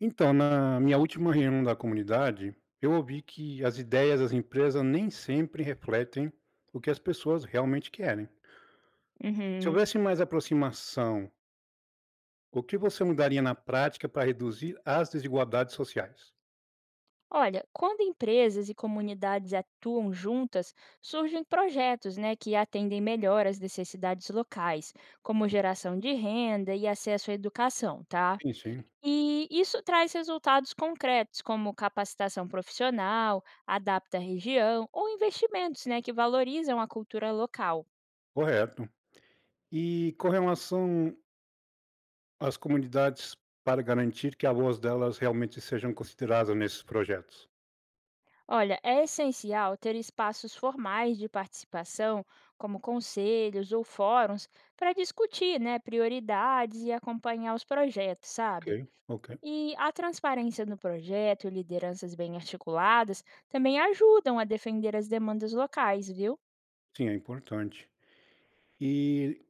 Então, na minha última reunião da comunidade, eu ouvi que as ideias das empresas nem sempre refletem o que as pessoas realmente querem. Se Uhum. houvesse mais aproximação, o que você mudaria na prática para reduzir as desigualdades sociais? Olha, quando empresas e comunidades atuam juntas, surgem projetos, né, que atendem melhor às necessidades locais, como geração de renda e acesso à educação, tá? Sim, sim, E isso traz resultados concretos, como capacitação profissional, adapta a região ou investimentos, né, que valorizam a cultura local. correto. E com relação às comunidades para garantir que a voz delas realmente sejam consideradas nesses projetos? Olha, é essencial ter espaços formais de participação, como conselhos ou fóruns, para discutir, né, prioridades e acompanhar os projetos, Ok, sabe? ok. E a transparência no projeto e lideranças bem articuladas também ajudam a defender as demandas locais, viu? Sim, é importante. E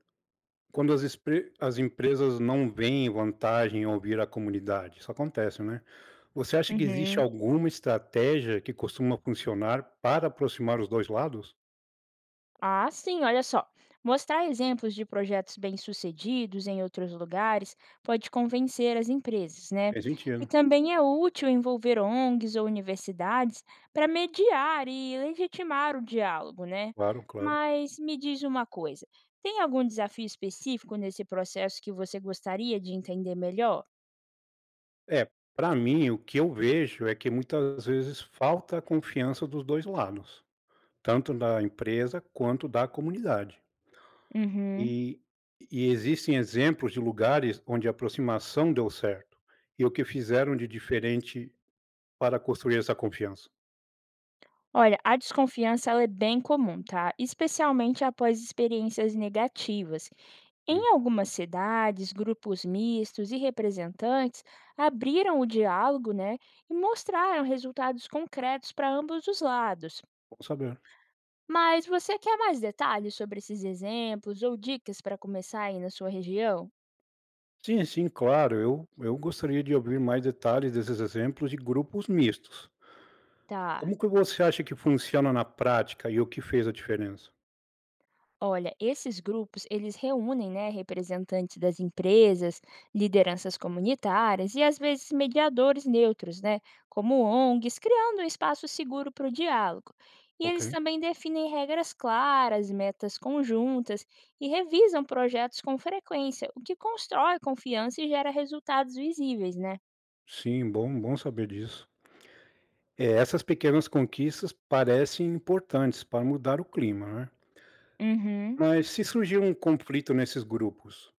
As empresas não veem vantagem em ouvir a comunidade, isso acontece, né? Você acha que existe Uhum. alguma estratégia que costuma funcionar para aproximar os dois lados? Ah, sim, olha só. Mostrar exemplos de projetos bem-sucedidos em outros lugares pode convencer as empresas, né? Faz E sentido, também é útil envolver ONGs ou universidades para mediar e legitimar o diálogo, né? claro, claro. Mas me diz uma coisa: tem algum desafio específico nesse processo que você gostaria de entender melhor? É, para mim, o que eu vejo é que muitas vezes falta a confiança dos dois lados, tanto da empresa quanto da comunidade. Uhum. E, e existem exemplos de lugares onde a aproximação deu certo e o que fizeram de diferente para construir essa confiança. Olha, a desconfiança ela é bem comum, tá? Especialmente após experiências negativas. Sim, Em algumas cidades, grupos mistos e representantes abriram o diálogo, né, e mostraram resultados concretos para ambos os lados. bom saber. Mas você quer mais detalhes sobre esses exemplos ou dicas para começar aí na sua região? Sim, sim, claro. Eu gostaria de ouvir mais detalhes desses exemplos de grupos mistos. Tá. Como que você acha que funciona na prática e o que fez a diferença? Olha, esses grupos, eles reúnem, né, representantes das empresas, lideranças comunitárias e às vezes mediadores neutros, né, como ONGs, criando um espaço seguro para o diálogo. E Ok. eles também definem regras claras, metas conjuntas e revisam projetos com frequência, o que constrói confiança e gera resultados visíveis, né? Sim, bom saber disso. É, essas pequenas conquistas parecem importantes para mudar o clima, né. Uhum. Mas se surgir um conflito nesses grupos,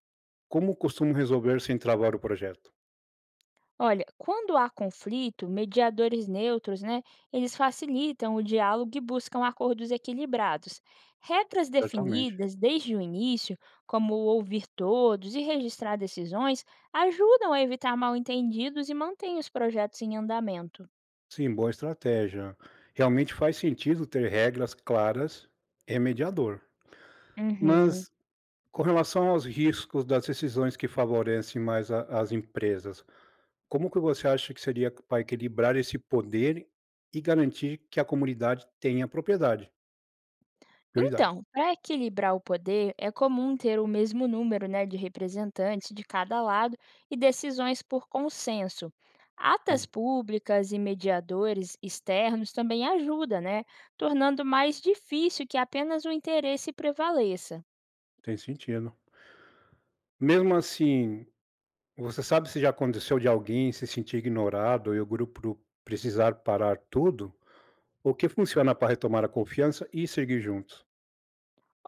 como costumam resolver sem travar o projeto? Olha, quando há conflito, mediadores neutros, né, eles facilitam o diálogo e buscam acordos equilibrados. Regras Certamente. definidas desde o início, como ouvir todos e registrar decisões, ajudam a evitar mal-entendidos e mantêm os projetos em andamento. Sim, boa estratégia. Realmente faz sentido ter regras claras e mediador. Uhum. Mas com relação aos riscos das decisões que favorecem as empresas, como que você acha que seria para equilibrar esse poder e garantir que a comunidade tenha propriedade? Prioridade. Então, para equilibrar o poder, é comum ter o mesmo número, né, de representantes de cada lado e decisões por consenso. Atas Sim, públicas e mediadores externos também ajudam, né, tornando mais difícil que apenas o interesse prevaleça. tem sentido. Mesmo assim, você sabe se já aconteceu de alguém se sentir ignorado e o grupo precisar parar tudo? O que funciona para retomar a confiança e seguir juntos?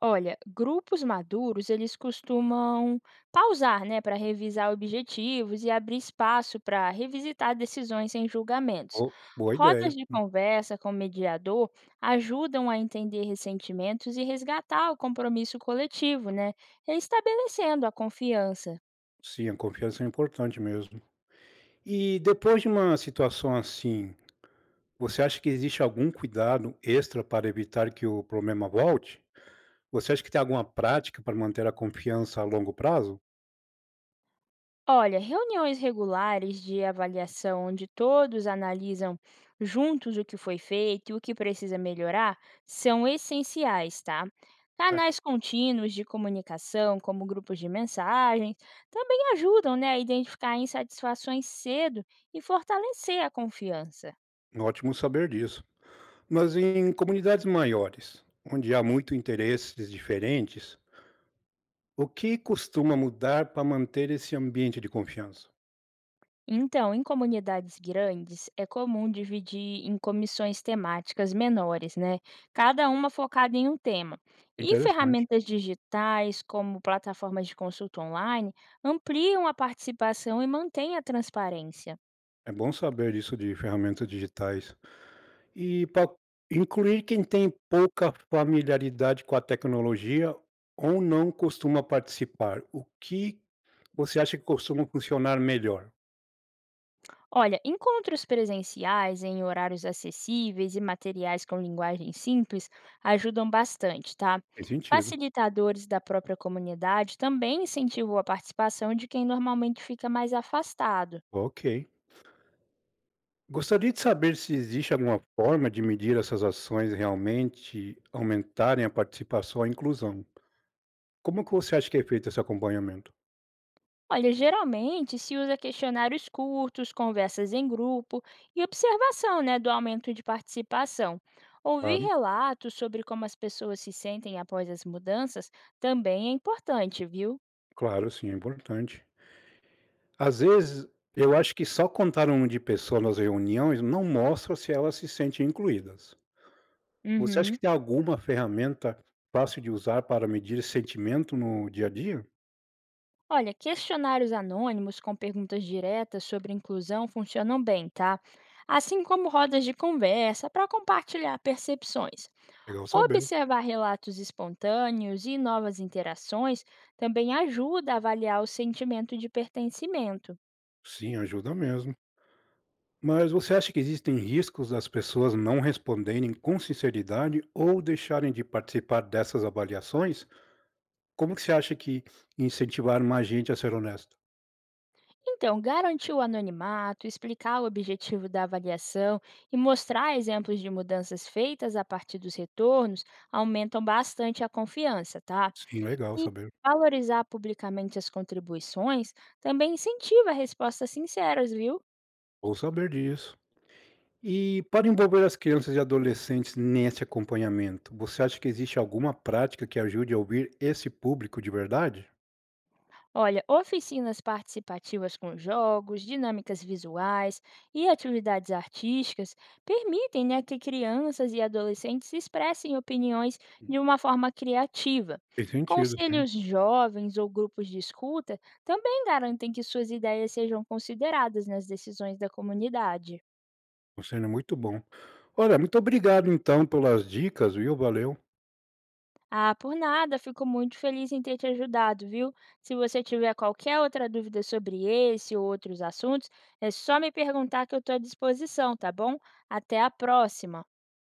Olha, grupos maduros, eles costumam pausar, né, para revisar objetivos e abrir espaço para revisitar decisões sem julgamentos. Bo Boa ideia. Rodas de conversa com o mediador ajudam a entender ressentimentos e resgatar o compromisso coletivo, né, estabelecendo a confiança. Sim, a confiança é importante mesmo. E depois de uma situação assim, você acha que existe algum cuidado extra para evitar que o problema volte? Você acha que tem alguma prática para manter a confiança a longo prazo? Olha, reuniões regulares de avaliação onde todos analisam juntos o que foi feito e o que precisa melhorar são essenciais, tá? Canais contínuos de comunicação, como grupos de mensagens, também ajudam, né, a identificar insatisfações cedo e fortalecer a confiança. Ótimo saber disso. Mas em comunidades maiores, onde há muito interesses diferentes, o que costuma mudar para manter esse ambiente de confiança? Então, em comunidades grandes, é comum dividir em comissões temáticas menores, né? Cada uma focada em um tema. E Interessante. ferramentas digitais, como plataformas de consulta online, ampliam a participação e mantêm a transparência. É bom saber disso de ferramentas digitais. E para incluir quem tem pouca familiaridade com a tecnologia ou não costuma participar, o que você acha que costuma funcionar melhor? Olha, encontros presenciais em horários acessíveis e materiais com linguagem simples ajudam bastante, tá? Faz sentido. Facilitadores da própria comunidade também incentivam a participação de quem normalmente fica mais afastado. Ok. Gostaria de saber se existe alguma forma de medir essas ações realmente aumentarem a participação e a inclusão. Como que você acha que é feito esse acompanhamento? Olha, geralmente se usa questionários curtos, conversas em grupo e observação, né, do aumento de participação. Ouvir Claro, relatos sobre como as pessoas se sentem após as mudanças também é importante, viu? claro, sim, é importante. Às vezes, eu acho que só contar um de pessoas nas reuniões não mostra se elas se sentem incluídas. Você acha Uhum. que tem alguma ferramenta fácil de usar para medir sentimento no dia a dia? Olha, questionários anônimos com perguntas diretas sobre inclusão funcionam bem, tá? Assim como rodas de conversa para compartilhar percepções. Legal saber. Observar relatos espontâneos e novas interações também ajuda a avaliar o sentimento de pertencimento. Sim, ajuda mesmo. Mas você acha que existem riscos das pessoas não responderem com sinceridade ou deixarem de participar dessas avaliações? Como que você acha que incentivar mais gente a ser honesta? Então, garantir o anonimato, explicar o objetivo da avaliação e mostrar exemplos de mudanças feitas a partir dos retornos aumentam bastante a confiança, tá? Sim, legal E saber. valorizar publicamente as contribuições também incentiva respostas sinceras, viu? Vou saber disso. E para envolver as crianças e adolescentes nesse acompanhamento, você acha que existe alguma prática que ajude a ouvir esse público de verdade? Olha, oficinas participativas com jogos, dinâmicas visuais e atividades artísticas permitem, né, que crianças e adolescentes expressem opiniões de uma forma criativa. Tem sentido sim. Conselhos jovens ou grupos de escuta também garantem que suas ideias sejam consideradas nas decisões da comunidade. O é muito bom. Olha, muito obrigado então pelas dicas, viu, valeu. Ah, por nada, fico muito feliz em ter te ajudado, viu? Se você tiver qualquer outra dúvida sobre esse ou outros assuntos, é só me perguntar que eu estou à disposição, tá bom? Até a próxima!